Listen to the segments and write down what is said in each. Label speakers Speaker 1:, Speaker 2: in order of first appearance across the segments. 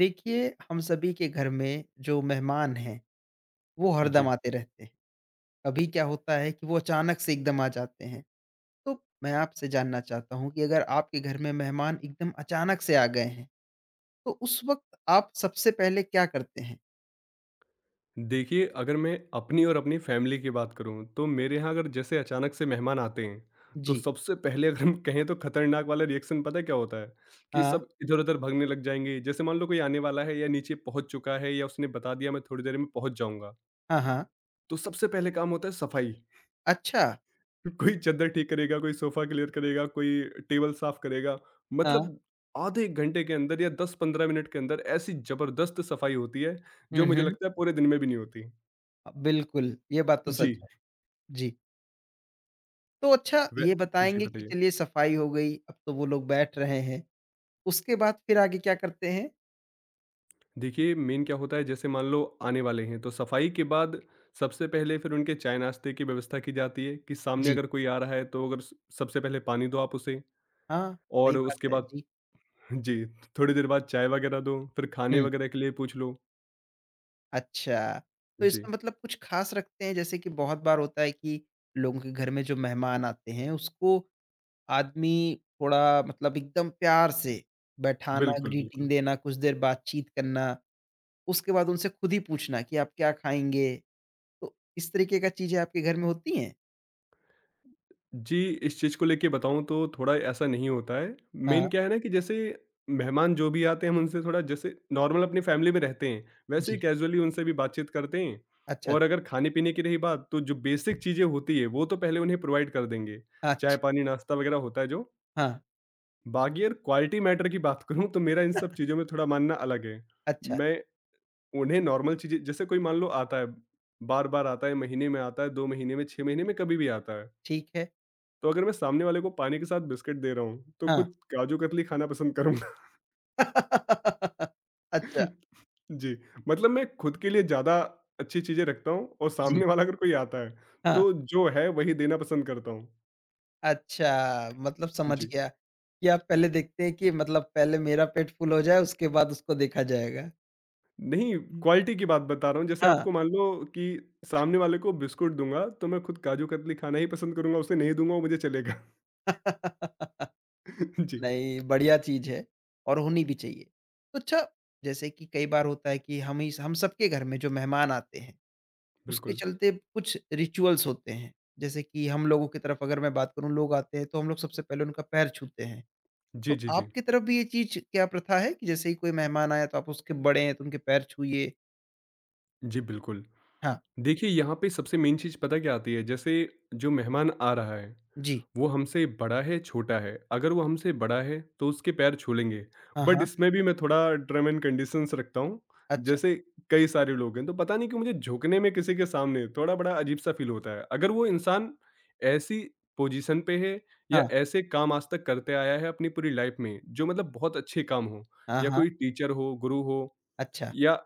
Speaker 1: देखिए, हम सभी के घर में जो मेहमान हैं, वो हरदम
Speaker 2: जी।
Speaker 1: आते रहते हैं। कभी क्या होता है कि वो अचानक से एकदम आ जाते हैं। तो मैं आपसे जानना चाहता हूँ कि अगर आपके घर में मेहमान एकदम अचानक से आ गए हैं, तो उस वक़्त आप सबसे पहले क्या करते हैं?
Speaker 2: देखिए, अगर मैं अपनी और अपनी फैमिली की बात करूँ, तो मेरे यहाँ अगर जैसे अचानक से मेहमान आते हैं, तो
Speaker 1: जी।
Speaker 2: सबसे पहले अगर हम कहें तो खतरनाक वाला रिएक्शन पता है क्या होता है? कि
Speaker 1: हाँ।
Speaker 2: सब इधर-उधर भागने लग जाएँगे। जैसे मान लो कोई आने वाला है या नीचे पहुँच चुका है या उसने बता दिया मैं थोड़ी देर में पहुँच जाऊँगा,
Speaker 1: हाँ, हाँ।
Speaker 2: तो सबसे पहले काम होता है सफाई।
Speaker 1: अच्छा।
Speaker 2: कोई चद्दर ठीक करेगा, कोई सोफ़ा क्लियर करेगा, कोई टेबल साफ करेगा।
Speaker 1: हाँ।
Speaker 2: मतलब आधे 1 घंटे के अंदर या 10-15 मिनट के अंदर ऐसी ज़बरदस्त सफाई होती है,
Speaker 1: हुँ,
Speaker 2: जो मुझे
Speaker 1: हुँ।
Speaker 2: लगता है पूरे दिन में भी नहीं होती।
Speaker 1: बिल्कुल, ये बात तो सच
Speaker 2: जी।
Speaker 1: है। जी। तो अच्छा
Speaker 2: वे
Speaker 1: ये
Speaker 2: जी
Speaker 1: बताएँगे कि
Speaker 2: बताइए।
Speaker 1: चलिए सफाई हो गई, अब तो वो लोग बैठ रहे हैं। उसके बाद फिर आगे क्या करते हैं?
Speaker 2: देखिए मेन क्या होता है जैसे मान लो आने वाले हैं तो सफाई के बाद सबसे पहले फिर उनके चाय नाश्ते की व्यवस्था की जाती है कि सामने
Speaker 1: जी।
Speaker 2: अगर कोई आ रहा है तो अगर सबसे पहले पानी दो आप उसे
Speaker 1: हाँ, सही
Speaker 2: और
Speaker 1: बात
Speaker 2: उसके
Speaker 1: है।
Speaker 2: बाद
Speaker 1: जी।
Speaker 2: जी थोड़ी देर बाद चाय वगैरह दो फिर खाने
Speaker 1: हुँ।
Speaker 2: वगैरह के लिए पूछ लो।
Speaker 1: अच्छा, तो
Speaker 2: जी,
Speaker 1: इसमें मतलब कुछ ख़ास रखते हैं जैसे कि बहुत बार होता है कि लोगों के घर में जो मेहमान आते हैं उसको आदमी थोड़ा मतलब एकदम प्यार से बैठाना,
Speaker 2: बिल्कुल,
Speaker 1: ग्रीटिंग
Speaker 2: बिल्कुल।
Speaker 1: देना, कुछ देर बातचीत करना, उसके बाद उनसे खुद ही पूछना कि आप क्या खाएँगे? तो इस तरीके का चीज़ें आपके घर में होती हैं?
Speaker 2: जी, इस चीज़ को लेके बताऊँ तो थोड़ा ऐसा नहीं होता है।
Speaker 1: हाँ,
Speaker 2: मेन क्या है ना कि जैसे मेहमान जो भी आते हैं हम उनसे थोड़ा जैसे नॉर्मल अपनी फैमिली में रहते हैं, वैसे ही
Speaker 1: जी।
Speaker 2: कैज़ुअली उनसे भी बातचीत करते हैं।
Speaker 1: अच्छा, अच्छा,
Speaker 2: और अगर खाने-पीने की रही बात तो जो बेसिक चीज़ें होती है वो तो पहले उन्हें प्रोवाइड कर देंगे, चाय,
Speaker 1: अच्छा,
Speaker 2: पानी, नाश्ता वग़ैरह होता है जो।
Speaker 1: हाँ,
Speaker 2: बाकी अगर क्वालिटी मैटर की बात करूँ तो मेरा इन सब चीज़ों में थोड़ा मानना अलग है।
Speaker 1: अच्छा,
Speaker 2: मैं उन्हें नॉर्मल चीज़ें जैसे कोई मान लो आता है, बार-बार आता है, महीने में आता है, 2 महीने में, 6 महीने में, कभी भी आता है।
Speaker 1: ठीक है,
Speaker 2: तो अगर मैं सामने वाले को पानी के साथ बिस्किट दे रहा हूँ, तो
Speaker 1: हाँ।
Speaker 2: खुद काजू कतली खाना पसंद करूँगा।
Speaker 1: अच्छा,
Speaker 2: जी, मतलब मैं खुद के लिए ज़्यादा अच्छी चीज़ें रखता हूँ और
Speaker 1: जी,
Speaker 2: सामने वाला अगर कोई आता है,
Speaker 1: हाँ।
Speaker 2: तो जो है वही देना पसंद करता हूँ।
Speaker 1: अच्छा, मतलब समझ
Speaker 2: जी।
Speaker 1: गया, कि आप पहले देखते हैं कि मतलब पहले मेरा पेट फुल हो जाए उसके बाद उसको देखा जाएगा।
Speaker 2: नहीं,
Speaker 1: हुँ।
Speaker 2: क्वालिटी की बात बता रहा हूँ, जैसे
Speaker 1: हाँ।
Speaker 2: आपको मान लो कि सामने वाले को बिस्कुट दूँगा, तो मैं खुद काजू कतली खाना ही पसंद करूँगा, उसे नहीं दूँगा वो मुझे चलेगा। जी,
Speaker 1: नहीं, बढ़िया चीज़ है और होनी भी चाहिए। तो अच्छा, जैसे कि कई बार होता है कि हम सबके घर में जो मेहमान आते हैं, उसके
Speaker 2: बिल्कुल।
Speaker 1: चलते कुछ रिचुअल्स होते हैं। जैसे कि हम लोगों की तरफ अगर मैं बात करूँ, लोग आते हैं तो हम लोग सबसे पहले उनका पैर छूते हैं।
Speaker 2: जी,
Speaker 1: तो
Speaker 2: जी, जी।
Speaker 1: आपकी तरफ भी ये चीज़ क्या प्रथा है कि जैसे ही कोई मेहमान आया तो आप उसके बड़े हैं तो उनके पैर छूइए?
Speaker 2: जी, बिल्कुल।
Speaker 1: हाँ,
Speaker 2: देखिए, यहाँ पे सबसे मेन चीज़ पता क्या आती है, जैसे जो मेहमान आ रहा है
Speaker 1: जी।
Speaker 2: वो हमसे बड़ा है, छोटा है, अगर वो हमसे बड़ा है तो उसके पैर छू लेंगे।
Speaker 1: हाँ,
Speaker 2: बट
Speaker 1: हाँ।
Speaker 2: इसमें भी मैं थोड़ा टर्म एंड कंडीशंस रखता हूँ,
Speaker 1: अच्छा,
Speaker 2: जैसे कई सारे लोग हैं, तो पता नहीं क्यों मुझे झुकने में किसी के सामने थोड़ा बड़ा अजीब-सा फ़ील होता है। अगर वो इंसान ऐसी पोजीशन पे है
Speaker 1: हाँ,
Speaker 2: या ऐसे काम आज तक करते आया है अपनी पूरी लाइफ़ में, जो मतलब बहुत अच्छे काम हों
Speaker 1: हाँ,
Speaker 2: या
Speaker 1: हाँ,
Speaker 2: कोई टीचर हो, गुरु हो
Speaker 1: अच्छा,
Speaker 2: या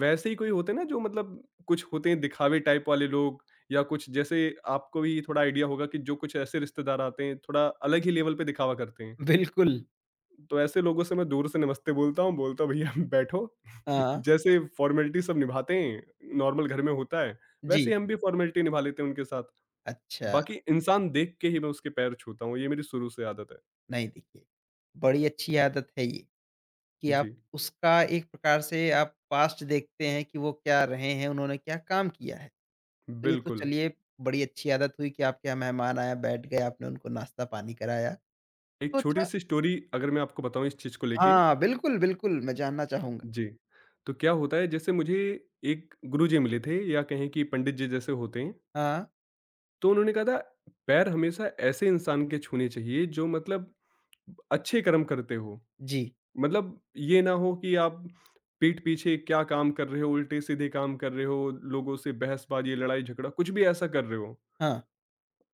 Speaker 2: वैसे ही कोई होते हैं ना जो मतलब कुछ होते हैं दिखावे टाइप वाले लोग या कुछ जैसे आपको भी थोड़ा आइडिया होगा कि जो कुछ ऐसे रिश्तेदार आते हैं थोड़ा अलग ही लेवल पे दिखावा करते हैं
Speaker 1: बिल्कुल,
Speaker 2: तो ऐसे लोगों से मैं दूर से नमस्ते बोलता हूँ भैया बैठो
Speaker 1: हाँ,
Speaker 2: जैसे फॉर्मेलिटी सब निभाते हैं नॉर्मल घर में होता है वैसे
Speaker 1: जी,
Speaker 2: ही हम भी फॉर्मेलिटी निभा लेते हैं उनके साथ
Speaker 1: अच्छा,
Speaker 2: बाकी इंसान देख के ही मैं उसके पैर छूता हूँ ये मेरी शुरू से आदत है
Speaker 1: नहीं देखिए, बड़ी अच्छी आदत है ये कि आप
Speaker 2: जी
Speaker 1: उसका एक प्रकार से आप पास्ट देखते हैं कि वो क्या रहे हैं, उन्होंने क्या काम किया है। तो ये तो
Speaker 2: बिल्कुल
Speaker 1: चलिए बड़ी अच्छी आदत हुई कि आपके यहाँ मेहमान आया, बैठ गए, आपने उनको नाश्ता-पानी कराया। तो
Speaker 2: एक छोटी
Speaker 1: अच्छा
Speaker 2: सी स्टोरी अगर मैं आपको बताऊं इस चीज को लेके
Speaker 1: हाँ, बिल्कुल, बिल्कुल, मैं जानना चाहूँगा।
Speaker 2: जी। तो क्या होता है जैसे मुझे एक गुरुजी मिले थे या कहें कि पंडित जी जैसे होते हैं,
Speaker 1: हाँ,
Speaker 2: तो उन्होंने कहा था पैर हमेशा ऐसे इंसान के छूने चाहिए जो मतलब अच्छे कर्म करते हो।
Speaker 1: जी,
Speaker 2: मतलब ये ना हो कि आप पीठ पीछे क्या काम कर रहे हो, उल्टे-सीधे काम कर रहे हो, लोगों से बहसबाजी, लड़ाई-झगड़ा कुछ भी ऐसा कर रहे हो।
Speaker 1: हाँ।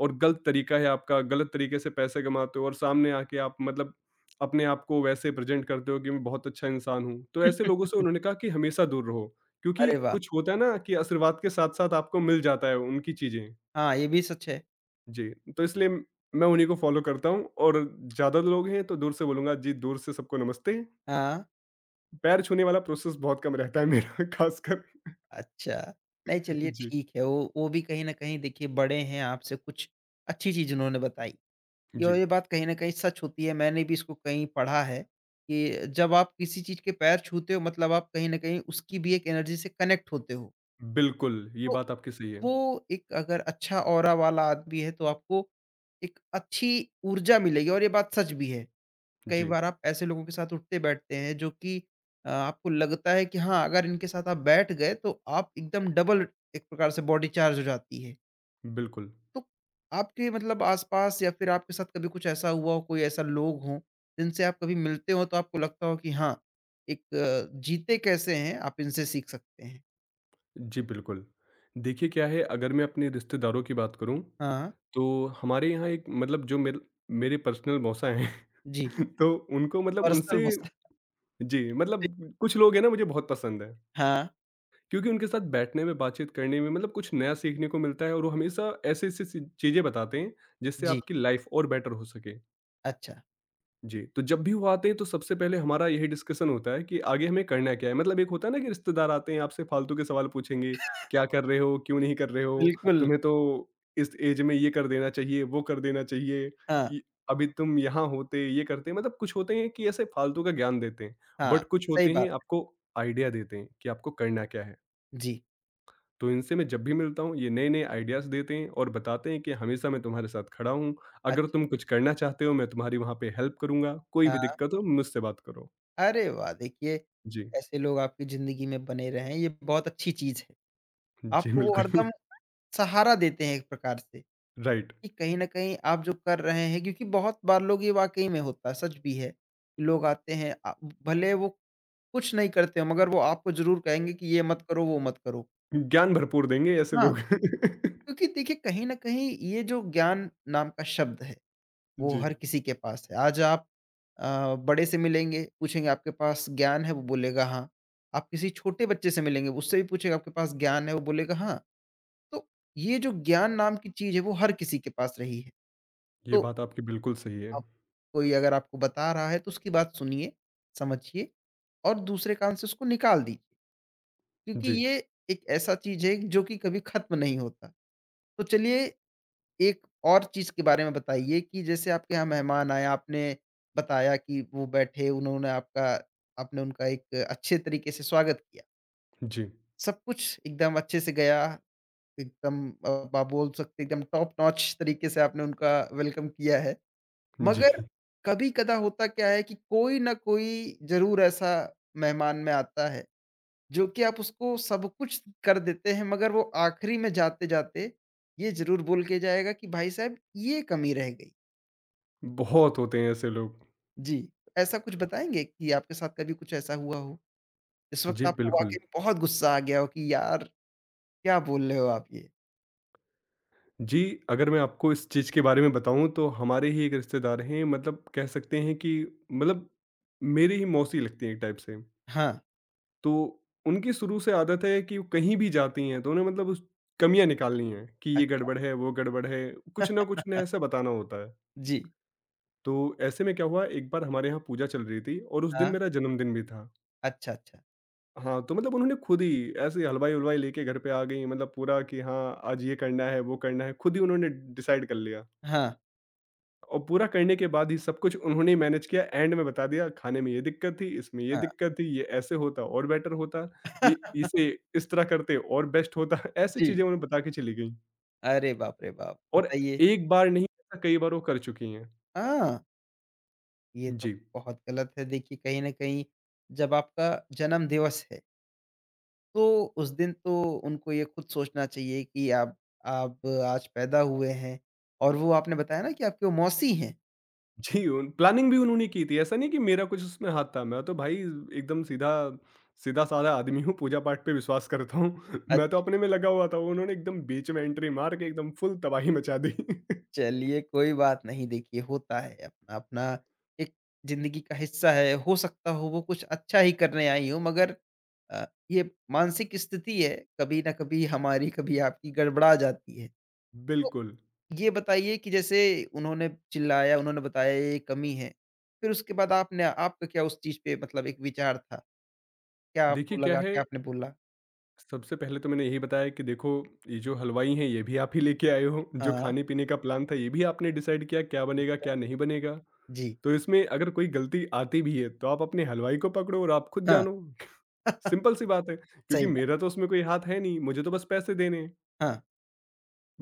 Speaker 2: और गलत तरीका है आपका, गलत तरीके से पैसे कमाते हो और सामने आके आप मतलब अपने आप को वैसे प्रेज़ेंट करते हो कि मैं बहुत अच्छा इंसान हूँ। तो ऐसे लोगों से उन्होंने कहा कि हमेशा दूर रहो, क्योंकि
Speaker 1: अरे वाह!
Speaker 2: कुछ होता है ना कि आशीर्वाद के साथ-साथ आपको मिल जाता है उनकी चीज़ें।
Speaker 1: हाँ, ये भी सच है।
Speaker 2: जी, तो इसलिए मैं उन्हीं को फ़ॉलो करता हूँ और ज़्यादा लोग हैं तो दूर से बोलूँगा जी, दूर से सबको नमस्ते।
Speaker 1: हाँ।
Speaker 2: पैर छूने वाला प्रोसेस बहुत कम रहता है मेरा ख़ासकर।
Speaker 1: अच्छा। नहीं चलिए
Speaker 2: जी,
Speaker 1: ठीक है, वो भी कहीं न कहीं देखिए बड़े हैं आपसे, कुछ अच्छी चीज़ उन्होंने बताई। ये और
Speaker 2: जी।
Speaker 1: ये बात कहीं न कहीं सच होती है, मैंने भी इसको कहीं पढ़ा है कि जब आप किसी चीज़ के पैर छूते हो मतलब आप कहीं न कहीं उसकी भी एक एनर्जी से कनेक्ट होते हो।
Speaker 2: बिल्कुल, ये
Speaker 1: तो
Speaker 2: बात आपकी सही है।
Speaker 1: वो एक अगर अच्छा ऑरा वाला आदमी है तो आपको एक अच्छी ऊर्जा मिलेगी और ये बात सच भी है। कई
Speaker 2: जी,
Speaker 1: बार आप ऐसे लोगों के साथ उठते-बैठते हैं जो कि आपको लगता है कि हाँ, अगर इनके साथ आप बैठ गए तो आप एकदम डबल एक प्रकार से बॉडी चार्ज हो जाती है।
Speaker 2: बिल्कुल।
Speaker 1: तो आपके मतलब आस-पास या फिर आपके साथ कभी कुछ ऐसा हुआ हो, कोई ऐसा लोग हों जिनसे आप कभी मिलते हो तो आपको लगता हो कि हाँ, एक जीते कैसे हैं आप इनसे सीख सकते हैं?
Speaker 2: जी, बिल्कुल। देखिए क्या है अगर मैं अपने रिश्तेदारों की बात करूँ,
Speaker 1: हाँ,
Speaker 2: तो हमारे यहाँ एक मतलब जो मेरे पर्सनल मौसा हैं,
Speaker 1: जी।
Speaker 2: तो उनको मतलब
Speaker 1: पर्सनल
Speaker 2: उनसे
Speaker 1: मसला।
Speaker 2: जी, मतलब कुछ लोग हैं ना मुझे बहुत पसंद हैं,
Speaker 1: हाँ,
Speaker 2: क्योंकि उनके साथ बैठने में, बातचीत करने में मतलब कुछ नया सीखने को मिलता है और वो हमेशा ऐसे-ऐसे सी चीज़ें बताते हैं, जिससे
Speaker 1: जी,
Speaker 2: आपकी लाइफ़ और बेटर हो सके।
Speaker 1: अच्छा।
Speaker 2: जी, तो जब भी वो आते हैं तो सबसे पहले हमारा यही डिस्कशन होता है कि आगे हमें करना क्या है? मतलब एक होता है ना कि रिश्तेदार आते हैं आपसे फालतू के सवाल पूछेंगे, क्या कर रहे हो? क्यों नहीं कर रहे हो?
Speaker 1: बिल्कुल।
Speaker 2: तुम्हें तो इस ऐज में ये कर देना चाहिए, वो कर देना चाहिए,
Speaker 1: हाँ,
Speaker 2: ये अभी तुम यहाँ होते, ये करते मतलब कुछ होते हैं कि ऐसे फालतू का ज्ञान देते हैं,
Speaker 1: हाँ,
Speaker 2: बट कुछ
Speaker 1: सही
Speaker 2: होते हैं
Speaker 1: बात।
Speaker 2: आपको आइडिया देते हैं कि आपको करना क्या है।
Speaker 1: जी,
Speaker 2: तो इनसे मैं जब भी मिलता हूँ ये नए-नए आइडियाज़ देते हैं और बताते हैं कि हमेशा मैं तुम्हारे साथ खड़ा हूँ। अगर
Speaker 1: अच्छा,
Speaker 2: तुम कुछ करना चाहते हो मैं तुम्हारी वहाँ पे हेल्प करूँगा, कोई भी
Speaker 1: हाँ।
Speaker 2: दिक्कत हो मुझसे बात करो।
Speaker 1: अरे वाह! देखिए,
Speaker 2: जी,
Speaker 1: ऐसे लोग आपकी ज़िंदगी में बने रहें, ये बहुत अच्छी चीज़ है।
Speaker 2: जी
Speaker 1: आपको वो
Speaker 2: बिल्कुल,
Speaker 1: हरदम सहारा देते हैं एक प्रकार से,
Speaker 2: राइट।
Speaker 1: कि कहीं न कहीं आप जो कर रहे हैं क्योंकि बहुत बार लोग ये वाक़ई में होता है, सच भी है। लोग आते हैं भले वो कुछ नहीं करते हों, मगर वो आपको ज़रूर कहेंगे कि ये मत करो, वो मत करो।
Speaker 2: ज्ञान भरपूर देंगे ऐसे
Speaker 1: हाँ,
Speaker 2: लोग।
Speaker 1: क्योंकि देखिए कहीं न कहीं ये जो ज्ञान नाम का शब्द है वो
Speaker 2: जी,
Speaker 1: हर किसी के पास है। आज आप बड़े से मिलेंगे, पूछेंगे आपके पास ज्ञान है? वो बोलेगा हाँ। आप किसी छोटे बच्चे से मिलेंगे, उससे भी पूछेंगे आपके पास ज्ञान है? वो बोलेगा हाँ। तो ये जो ज्ञान नाम की चीज़ है वो हर किसी के पास रही है।
Speaker 2: ये
Speaker 1: तो
Speaker 2: बात आपकी बिल्कुल सही है।
Speaker 1: आप कोई अगर आपको बता रहा है तो उसकी बात सुनिए, समझिए और दूसरे कान से उसको निकाल दीजिए। क्योंकि
Speaker 2: जी,
Speaker 1: ये एक ऐसा चीज़ है जो कि कभी खत्म नहीं होता। तो चलिए एक और चीज़ के बारे में बताइए कि जैसे आपके यहाँ मेहमान आए, आपने बताया कि वो बैठे, उन्होंने आपका आपने उनका एक अच्छे तरीके से स्वागत किया।
Speaker 2: जी,
Speaker 1: सब कुछ एकदम अच्छे से गया, एकदम अब आप बोल सकते हैं एकदम टॉप नॉच तरीके से आपने उनका वेलकम किया है।
Speaker 2: जी,
Speaker 1: मगर कभी-कदा होता क्या है कि कोई ना कोई ज़रूर ऐसा मेहमान में आता है, जो कि आप उसको सब कुछ कर देते हैं, मगर वो आखिरी में जाते-जाते ये ज़रूर बोल के जाएगा कि भाई साहब ये कमी रह गई।
Speaker 2: बहुत होते हैं ऐसे लोग।
Speaker 1: जी, ऐसा कुछ बताएँगे कि आपके साथ कभी कुछ ऐसा हुआ हो? इस वक़्त
Speaker 2: जी,
Speaker 1: आपको
Speaker 2: बिल्कुल।
Speaker 1: वाक़ई में बहुत गुस्सा आ गया हो कि यार क्या बोल रहे हो आप ये?
Speaker 2: जी, अगर मैं आपको इस चीज़ के बारे में बताऊँ तो हमारे ही एक रिश्तेदार हैं मतलब कह सकते हैं कि मतलब मेरी ही मौसी लगती हैं एक टाइप से।
Speaker 1: हाँ,
Speaker 2: तो उनकी शुरू से आदत है कि वो कहीं भी जाती हैं तो उन्हें मतलब उस कमियाँ निकालनी हैं कि ये
Speaker 1: अच्छा
Speaker 2: गड़बड़ है, वो गड़बड़ है, कुछ ना कुछ उन्हें ऐसा बताना होता है।
Speaker 1: जी,
Speaker 2: तो ऐसे में क्या हुआ एक बार हमारे यहाँ पूजा चल रही थी और उस दिन
Speaker 1: हाँ,
Speaker 2: मेरा जन्मदिन भी था।
Speaker 1: अच्छा, अच्छा,
Speaker 2: हाँ, तो मतलब उन्होंने खुद ही ऐसे ही हलवाई-वलवाई लेके घर पे आ गईं मतलब पूरा कि हाँ, आज ये करना है, वो करना है, खुद ही उन्होंने डिसाइड कर लिया।
Speaker 1: हाँ,
Speaker 2: और पूरा करने के बाद ही सब कुछ उन्होंने ही मैनेज किया एंड में बता दिया खाने में ये दिक्कत थी, इसमें ये
Speaker 1: हाँ,
Speaker 2: दिक्कत थी, ये ऐसे होता और बेटर होता, ये इसे इस तरह करते और बेस्ट होता ऐसी
Speaker 1: जी,
Speaker 2: चीज़ें उन्हें बता के चली गईं
Speaker 1: अरे बाप रे बाप!
Speaker 2: और
Speaker 1: बताइए।
Speaker 2: एक बार नहीं ऐसा कई बार वो कर चुकी हैं।
Speaker 1: हाँ, ये तो
Speaker 2: जी।
Speaker 1: बहुत गलत है देखिए कहीं न कहीं जब आपका जन्मदिवस है, तो उस दिन तो उनको ये खुद सोचना चाहिए कि आप आज पैदा हुए हैं और वो आपने बताया ना कि आपकी वो मौसी हैं।
Speaker 2: जी, उन प्लानिंग भी उन्होंने की थी, ऐसा नहीं कि मेरा कुछ उसमें हाथ था, मैं तो भाई एकदम सीधा-साधा आदमी हूँ, पूजा-पाठ पे विश्वास करता हूँ। मैं तो अपने में लगा हुआ था, उन्होंने एकदम बीच में एंट्री मार के एकदम फुल तबाही मचा दी।
Speaker 1: चलिए, कोई बात नहीं देखिए होता है अपना-अपना एक ज़िंदगी का हिस्सा है, हो सकता हो वो कुछ अच्छा ही करने आई हो मगर अ, ये मानसिक स्थिति है, कभी न कभी हमारी, कभी आपकी गड़बड़ा जाती है। तो
Speaker 2: बिल्कुल।
Speaker 1: ये बताइए कि जैसे उन्होंने चिल्लाया, उन्होंने बताया ये कमी है, फिर उसके बाद आपने आपका क्या उस चीज़ पे मतलब एक विचार था? क्या आपको
Speaker 2: देखिए क्या
Speaker 1: लगा कि
Speaker 2: है
Speaker 1: आपने बोला?
Speaker 2: सबसे पहले तो मैंने यही बताया कि देखो ये जो हलवाई हैं ये भी आप ही लेके आए हो जो
Speaker 1: हाँ,
Speaker 2: खाने पीने का प्लान था ये भी आपने डिसाइड किया क्या
Speaker 1: ठीक
Speaker 2: बनेगा
Speaker 1: है।
Speaker 2: क्या नहीं बनेगा
Speaker 1: जी,
Speaker 2: तो इसमें अगर कोई गलती आती भी है तो आप अपने हलवाई को पकड़ो और आप खुद
Speaker 1: हाँ।
Speaker 2: जानो सिंपल सी बात है क्योंकि
Speaker 1: सही बात,
Speaker 2: मेरा तो उसमें कोई हाथ है नहीं मुझे तो बस पैसे देने हैं
Speaker 1: हाँ।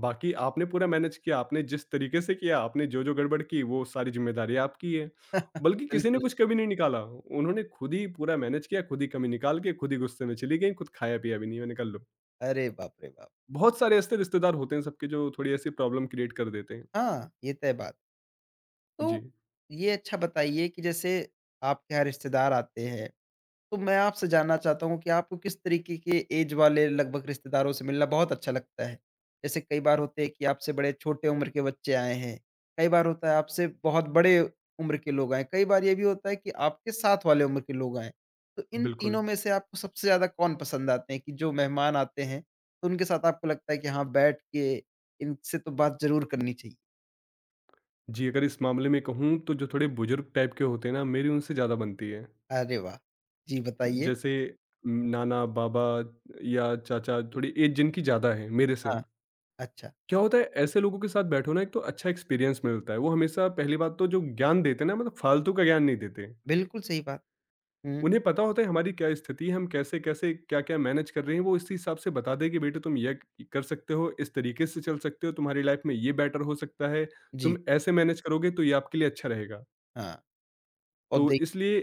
Speaker 2: बाकी आपने पूरा मैनेज किया आपने जिस तरीके से किया आपने जो जो गड़बड़ की वो सारी जिम्मेदारी आपकी है बल्कि किसी ने
Speaker 1: बिल्कुल,
Speaker 2: कुछ कभी नहीं निकाला उन्होंने खुद ही पूरा मैनेज किया खुद ही कमी निकाल के खुद ही गुस्से में चली गई खुद खाया पिया भी नहीं मैंने कहा लो
Speaker 1: अरे बाप रे बाप!
Speaker 2: बहुत सारे ऐसे रिश्तेदार होते हैं सबके जो थोड़ी ऐसी प्रॉब्लम क्रिएट कर देते हैं।
Speaker 1: हाँ, ये तय बात। तो
Speaker 2: जी,
Speaker 1: ये अच्छा बताइए कि जैसे आपके यहाँ रिश्तेदार आते हैं, तो मैं आपसे जानना चाहता हूँ कि आपको किस तरीके के ऐज वाले लगभग रिश्तेदारों से मिलना बहुत अच्छा लगता है? जैसे कई बार होते हैं कि आपसे बड़े छोटे उम्र के बच्चे आए हैं, कई बार होता है आपसे बहुत बड़े उम्र के लोग आएँ, कई बार ये भी होता है कि आपके साथ वाले उम्र के लोग आएँ। तो इन
Speaker 2: बिल्कुल।
Speaker 1: तीनों में से आपको सबसे ज़्यादा कौन पसंद आते हैं कि जो मेहमान आते हैं, तो उनके साथ आपको लगता है कि हाँ, बैठ के इनसे तो बात ज़रूर करनी चाहिए?
Speaker 2: जी, अगर इस मामले में कहूँ तो जो थोड़े बुजुर्ग टाइप के होते हैं ना, मेरी उनसे ज़्यादा बनती है।
Speaker 1: अरे वाह! जी, बताइए?
Speaker 2: जैसे नाना, बाबा या चाचा थोड़ी एज जिनकी ज़्यादा है मेरे से।
Speaker 1: हाँ। अच्छा,
Speaker 2: क्या होता है ऐसे लोगों के साथ बैठो ना एक तो अच्छा एक्सपीरियंस मिलता है। वो हमेशा पहली बात तो जो ज्ञान देते हैं ना मतलब फालतू का ज्ञान नहीं देते।
Speaker 1: बिल्कुल सही बात। हुँ।
Speaker 2: उन्हें पता होता है हमारी क्या स्थिति है, हम कैसे-कैसे, क्या-क्या मैनेज कर रहे हैं, वो इसी हिसाब से बता दें कि बेटे तुम ये कर सकते हो, इस तरीके से चल सकते हो, तुम्हारी लाइफ में ये बेटर हो सकता है,
Speaker 1: जी,
Speaker 2: तुम ऐसे मैनेज करोगे तो ये आपके लिए अच्छा रहेगा।
Speaker 1: हाँ, और
Speaker 2: तो
Speaker 1: देखिए
Speaker 2: इसलिए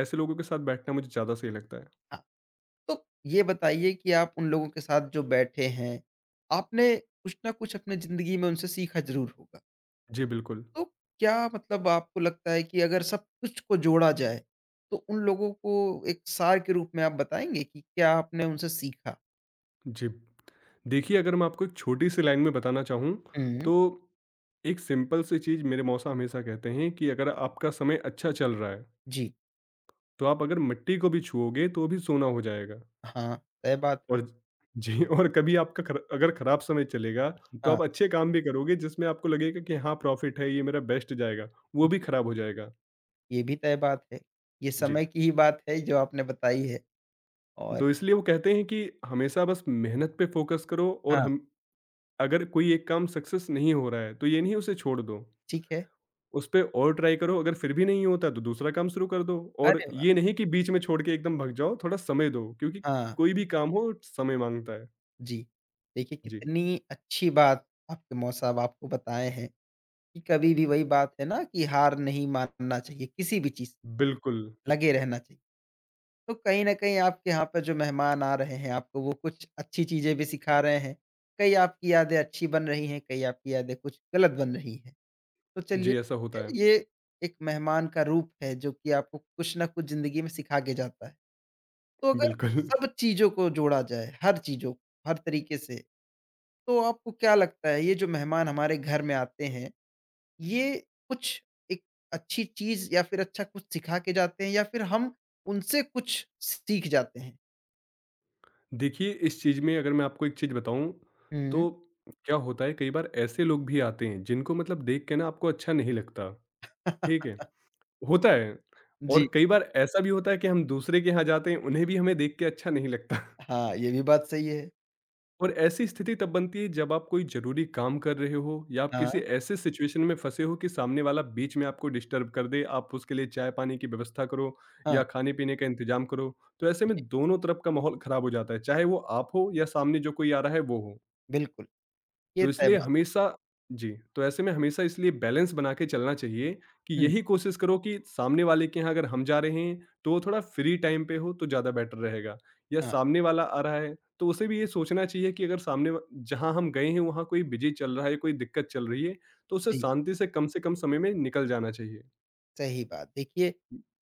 Speaker 2: ऐसे लोगों के साथ बैठना मुझे ज़्यादा सही लगता है।
Speaker 1: हाँ, तो ये बताइए कि आप उन लोगों के साथ जो बैठे हैं, आपने कुछ ना कुछ अपनी ज़िंदगी में उनसे सीखा ज़रूर होगा।
Speaker 2: जी, बिल्कुल।
Speaker 1: तो क्या मतलब आपको लगता है कि अगर सब कुछ को जोड़ा जाए, तो उन लोगों को एक सार के रूप में आप बताएँगे कि क्या आपने उनसे सीखा?
Speaker 2: जी। देखिए अगर मैं आपको एक छोटी-सी लाइन में बताना चाहूँ,
Speaker 1: हुँ।
Speaker 2: तो एक सिंपल सी चीज़ मेरे मौसा हमेशा कहते हैं कि अगर आपका समय अच्छा चल रहा है,
Speaker 1: जी,
Speaker 2: तो आप अगर मिट्टी को भी छुओगे तो भी सोना हो जाएगा।
Speaker 1: हाँ, तय बात है।
Speaker 2: और ज जी और कभी आपका खर अगर खराब समय चलेगा, तो
Speaker 1: हाँ।
Speaker 2: आप अच्छे काम भी करोगे जिसमें आपको लगेगा कि हाँ, प्रॉफ़िट है, ये मेरा बेस्ट जाएगा, वो भी
Speaker 1: जी,
Speaker 2: खराब हो जाएगा।
Speaker 1: ये भी तय बात है। ये
Speaker 2: जी,
Speaker 1: समय की ही बात है जो आपने बताई है और
Speaker 2: तो इसलिए वो कहते हैं कि हमेशा बस मेहनत पे फ़ोकस करो और
Speaker 1: हाँ,
Speaker 2: हम अगर कोई एक काम सक्सेस नहीं हो रहा है, तो ये नहीं उसे छोड़ दो,
Speaker 1: ठीक है।
Speaker 2: उसपे और ट्राई करो, अगर फिर भी नहीं होता तो दूसरा काम शुरू कर दो और
Speaker 1: अरे वाह!
Speaker 2: ये नहीं कि बीच में छोड़ के एकदम भग जाओ, थोड़ा समय दो क्योंकि
Speaker 1: हाँ,
Speaker 2: कोई भी काम हो समय माँगता है।
Speaker 1: जी। देखिए
Speaker 2: जी,
Speaker 1: कितनी अच्छी बात आपके मौसा-साहब आपको बताए हैं कि कभी भी वही बात है ना कि हार नहीं मानना चाहिए, किसी भी चीज़
Speaker 2: बिल्कुल।
Speaker 1: लगे रहना चाहिए। तो कहीं न कहीं आपके यहाँ पर जो मेहमान आ रहे हैं, आपको वो कुछ अच्छी चीज़ें भी सिखा रहे हैं। कई आपकी यादें अच्छी बन रही हैं, कई आपकी यादें कुछ गलत बन रही हैं। तो चलिए
Speaker 2: जी, ऐसा होता है।
Speaker 1: ये एक मेहमान का रूप है जो कि आपको कुछ न कुछ ज़िंदगी में सिखा के जाता है। तो अगर
Speaker 2: बिल्कुल।
Speaker 1: सब चीज़ों को जोड़ा जाए, हर चीज़ों हर तरीके से, तो आपको क्या लगता है ये जो मेहमान हमारे घर में आते हैं, ये कुछ एक अच्छी चीज़ या फिर अच्छा कुछ सिखा के जाते हैं या फिर हम उनसे कुछ सीख जाते हैं?
Speaker 2: देखिए, इस चीज़ में अगर मैं आपको एक चीज़ बताऊँ,
Speaker 1: हुँ।
Speaker 2: तो क्या होता है कई बार ऐसे लोग भी आते हैं जिनको मतलब देख के ना आपको अच्छा नहीं लगता, ठीक है? होता है
Speaker 1: जी।
Speaker 2: और कई बार ऐसा भी होता है कि हम दूसरे के यहाँ जाते हैं, उन्हें भी हमें देख के अच्छा नहीं लगता
Speaker 1: हाँ, ये भी बात सही है।
Speaker 2: और ऐसी स्थिति तब बनती है जब आप कोई ज़रूरी काम कर रहे हो या आप
Speaker 1: हाँ,
Speaker 2: किसी ऐसे सिचुएशन में फँसे हो कि सामने वाला बीच में आपको डिस्टर्ब कर दे, आप उसके लिए चाय-पानी की व्यवस्था करो
Speaker 1: हाँ,
Speaker 2: या खाने-पीने का इंतज़ाम करो। तो ऐसे में दोनों तरफ का माहौल ख़राब हो जाता है, चाहे वो आप हो या सामने जो कोई आ रहा है वो हो।
Speaker 1: बिल्कुल, ये
Speaker 2: तो
Speaker 1: तय
Speaker 2: इसलिए
Speaker 1: बात
Speaker 2: हमेशा जी, तो ऐसे में हमेशा इसलिए बैलेंस बना के चलना चाहिए कि
Speaker 1: हुँ,
Speaker 2: यही कोशिश करो कि सामने वाले के यहाँ अगर हम जा रहे हैं, तो वो थोड़ा फ्री टाइम पे हो तो ज़्यादा बेटर रहेगा या
Speaker 1: हाँ,
Speaker 2: सामने वाला आ रहा है, तो उसे भी ये सोचना चाहिए कि अगर सामने व जहाँ हम गए हैं वहाँ कोई बिज़ी चल रहा है, कोई दिक्कत चल रही है, तो उसे
Speaker 1: जी,
Speaker 2: शांति से कम समय में निकल जाना चाहिए।
Speaker 1: सही बात। देखिए,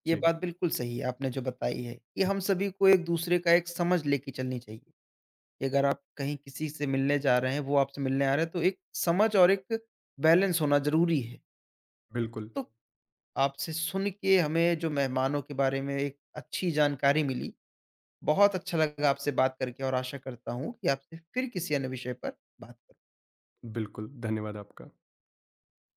Speaker 1: ये
Speaker 2: जी,
Speaker 1: बात बिल्कुल सही है आपने जो बताई है, कि हम सभी को एक-दूसरे का एक समझ लेके चलनी चाहिए। कि अगर आप कहीं किसी से मिलने जा रहे हैं, वो आपसे मिलने आ रहे हैं, तो एक समझ और एक बैलेंस होना ज़रूरी है।
Speaker 2: बिल्कुल,
Speaker 1: तो आपसे सुन के हमें जो मेहमानों के बारे में एक अच्छी जानकारी मिली, बहुत अच्छा लगा आपसे बात करके और आशा करता हूँ कि आपसे फिर किसी अन्य विषय पर बात
Speaker 2: बिल्कुल, धन्यवाद आपका।